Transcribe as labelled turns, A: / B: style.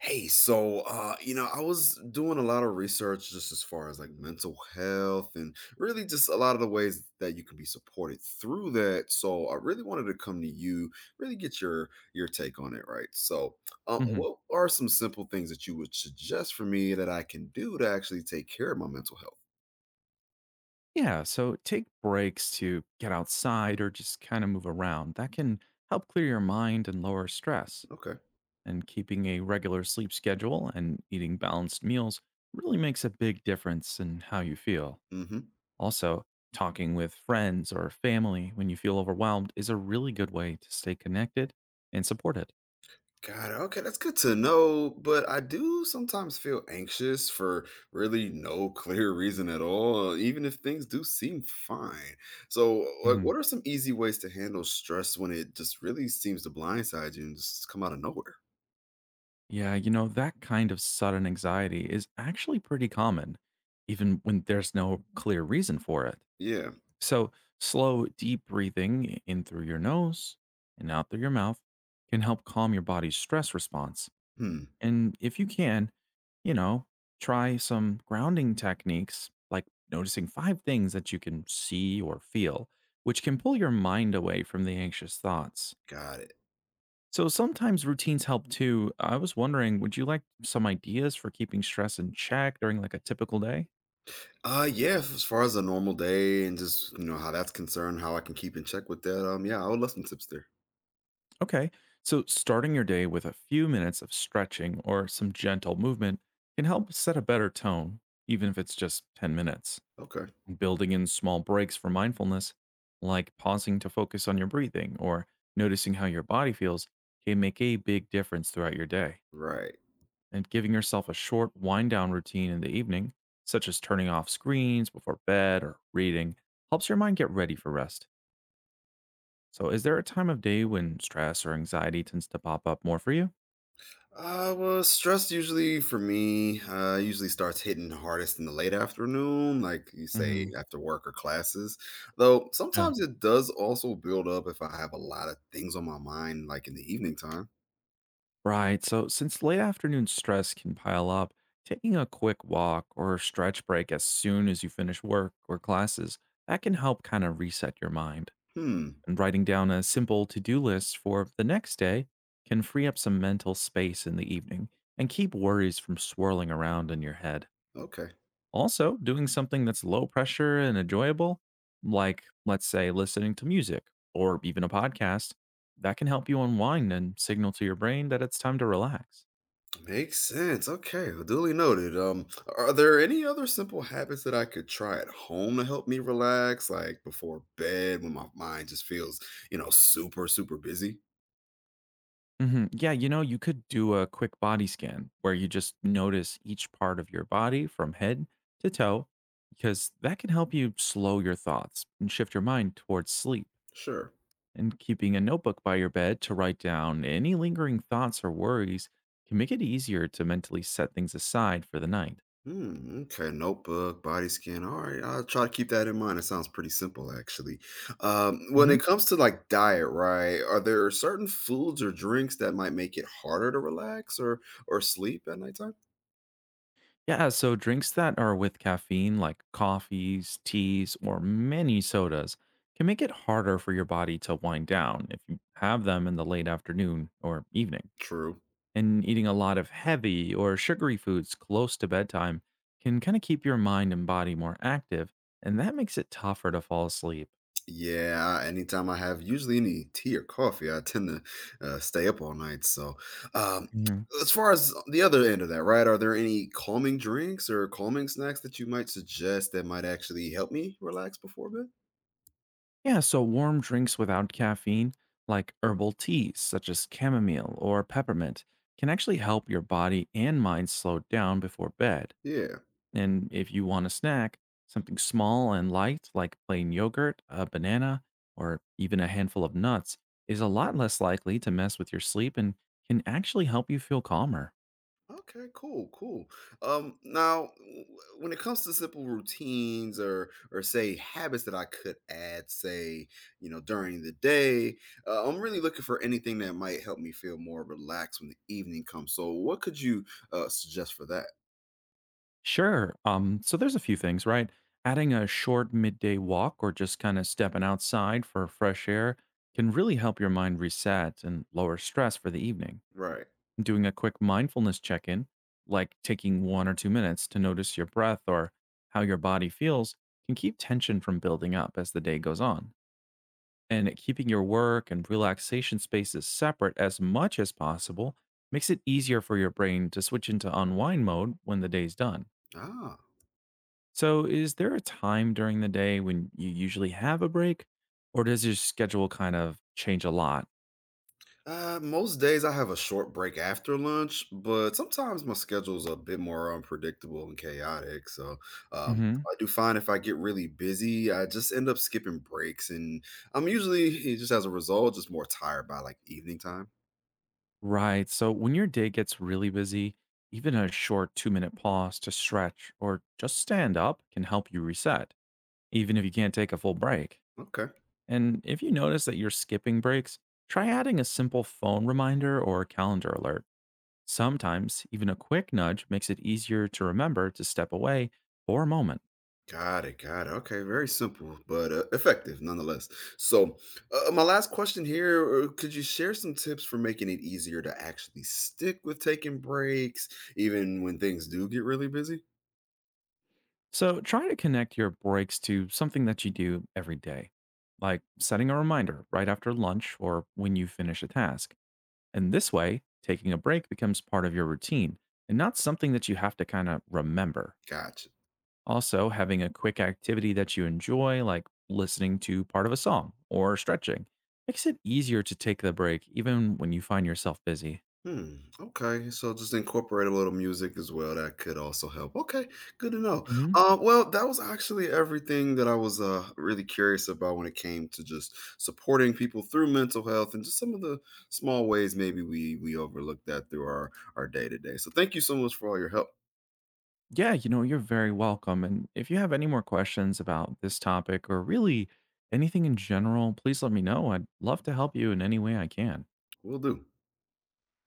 A: Hey, I was doing a lot of research just as far as like mental health and really just a lot of the ways that you can be supported through that. So I really wanted to come to you, really get your take on it, right?
B: hmm
A: What are some simple things that you would suggest for me that I can do to actually take care of my mental health?
B: Yeah. So take breaks to get outside or just kind of move around. That can help clear your mind and lower stress.
A: Okay.
B: And keeping a regular sleep schedule and eating balanced meals really makes a big difference in how you feel.
A: Mm-hmm.
B: Also, talking with friends or family when you feel overwhelmed is a really good way to stay connected and supported.
A: Got it. Okay, that's good to know. But I do sometimes feel anxious for really no clear reason at all, even if things do seem fine. So, like,
B: hmm
A: what are some easy ways to handle stress when it just really seems to blindside you and just come out of nowhere?
B: Yeah, that kind of sudden anxiety is actually pretty common, even when there's no clear reason for it.
A: Yeah.
B: So, slow, deep breathing in through your nose and out through your mouth can help calm your body's stress response.
A: Hmm.
B: And if you can, you know, try some grounding techniques like noticing five things that you can see or feel, which can pull your mind away from the anxious thoughts.
A: Got it.
B: So, sometimes routines help too. I was wondering, would you like some ideas for keeping stress in check during like a typical day?
A: Yeah. As far as a normal day and just you know how that's concerned, how I can keep in check with that. Yeah, I would love some tips there.
B: Okay. So, starting your day with a few minutes of stretching or some gentle movement can help set a better tone, even if it's just 10 minutes.
A: Okay.
B: Building in small breaks for mindfulness, like pausing to focus on your breathing or noticing how your body feels, can make a big difference throughout your day.
A: Right.
B: And giving yourself a short wind down routine in the evening, such as turning off screens before bed or reading, helps your mind get ready for rest. So, is there a time of day when stress or anxiety tends to pop up more for you?
A: Well, stress usually for me usually starts hitting hardest in the late afternoon, like you say
B: Mhm.
A: after work or classes. Though
B: Yeah.
A: sometimes it does also build up if I have a lot of things on my mind, like in the evening time.
B: Right. So, since late afternoon stress can pile up, taking a quick walk or stretch break as soon as you finish work or classes, that can help kind of reset your mind.
A: Hmm.
B: And writing down a simple to do list for the next day can free up some mental space in the evening and keep worries from swirling around in your head.
A: Okay,
B: Also, doing something that's low pressure and enjoyable, like let's say listening to music or even a podcast, that can help you unwind and signal to your brain that it's time to relax.
A: makes sense. Okay, well, duly noted. Are there any other simple habits that I could try at home to help me relax, like before bed when my mind just feels super super busy?
B: Mhm. Yeah, you could do a quick body scan where you just notice each part of your body from head to toe, because that can help you slow your thoughts and shift your mind towards sleep.
A: Sure.
B: And keeping a notebook by your bed to write down any lingering thoughts or worries can make it easier to mentally set things aside for the night.
A: Hmm. Okay, notebook, body scan. All right, I'll try to keep that in mind. It sounds pretty simple, actually. When
B: hmm
A: it comes to like diet, right? Are there certain foods or drinks that might make it harder to relax or sleep at nighttime?
B: Yeah, so drinks that are with caffeine, like coffees, teas, or many sodas, can make it harder for your body to wind down if you have them in the late afternoon or evening.
A: True.
B: And eating a lot of heavy or sugary foods close to bedtime can kind of keep your mind and body more active, and that makes it tougher to fall asleep.
A: Yeah, anytime I have usually any tea or coffee, I tend to stay up all night. So, um, as far as the other end of that, right? Are there any calming drinks or calming snacks that you might suggest that might actually help me relax before bed?
B: Yeah, so warm drinks without caffeine, like herbal teas such as chamomile or peppermint, can actually help your body and mind slow down before bed.
A: Yeah.
B: And if you want a snack, something small and light like plain yogurt, a banana, or even a handful of nuts is a lot less likely to mess with your sleep and can actually help you feel calmer.
A: Okay, cool, cool. Um, now, w- when it comes to simple routines or say habits that I could add, say you know during the day, I'm really looking for anything that might help me feel more relaxed when the evening comes. So, what could you suggest for that?
B: Sure. So there's a few things, right? Adding a short midday walk or just kind of stepping outside for fresh air can really help your mind reset and lower stress for the evening.
A: Right.
B: Doing a quick mindfulness check in, like taking 1 or 2 minutes to notice your breath or how your body feels, can keep tension from building up as the day goes on. And keeping your work and relaxation spaces separate as much as possible makes it easier for your brain to switch into unwind mode when the day's done.
A: Ah.
B: So, is there a time during the day when you usually have a break, or does your schedule kind of change a lot?
A: Most days I have a short break after lunch, but sometimes my schedule's a bit more unpredictable and chaotic. So,
B: hmm
A: I do find if I get really busy, I just end up skipping breaks, and I'm usually just as a result just more tired by like evening time.
B: Right. So, when your day gets really busy, even a short 2 minute pause to stretch or just stand up can help you reset, even if you can't take a full break.
A: Okay.
B: And if you notice that you're skipping breaks, try adding a simple phone reminder or calendar alert. Sometimes, even a quick nudge makes it easier to remember to step away for a moment.
A: Got it. Got it. Okay. Very simple, but effective nonetheless. So, my last question here could you share some tips for making it easier to actually stick with taking breaks, even when things do get really busy?
B: So try to connect your breaks to something that you do every day, like setting a reminder right after lunch or when you finish a task. And this way, taking a break becomes part of your routine and not something that you have to kind of remember.
A: Gotcha.
B: Also, having a quick activity that you enjoy, like listening to part of a song or stretching, makes it easier to take the break even when you find yourself busy.
A: Hmm. Okay. So just incorporate a little music as well. That could also help. Okay. Good to know. Well, that was actually everything that I was really curious about when it came to just supporting people through mental health and just some of the small ways maybe we overlook that through our day to day. So thank you so much for all your help.
B: Yeah, you're very welcome. And if you have any more questions about this topic or really anything in general, please let me know. I'd love to help you in any way I can.
A: We'll do.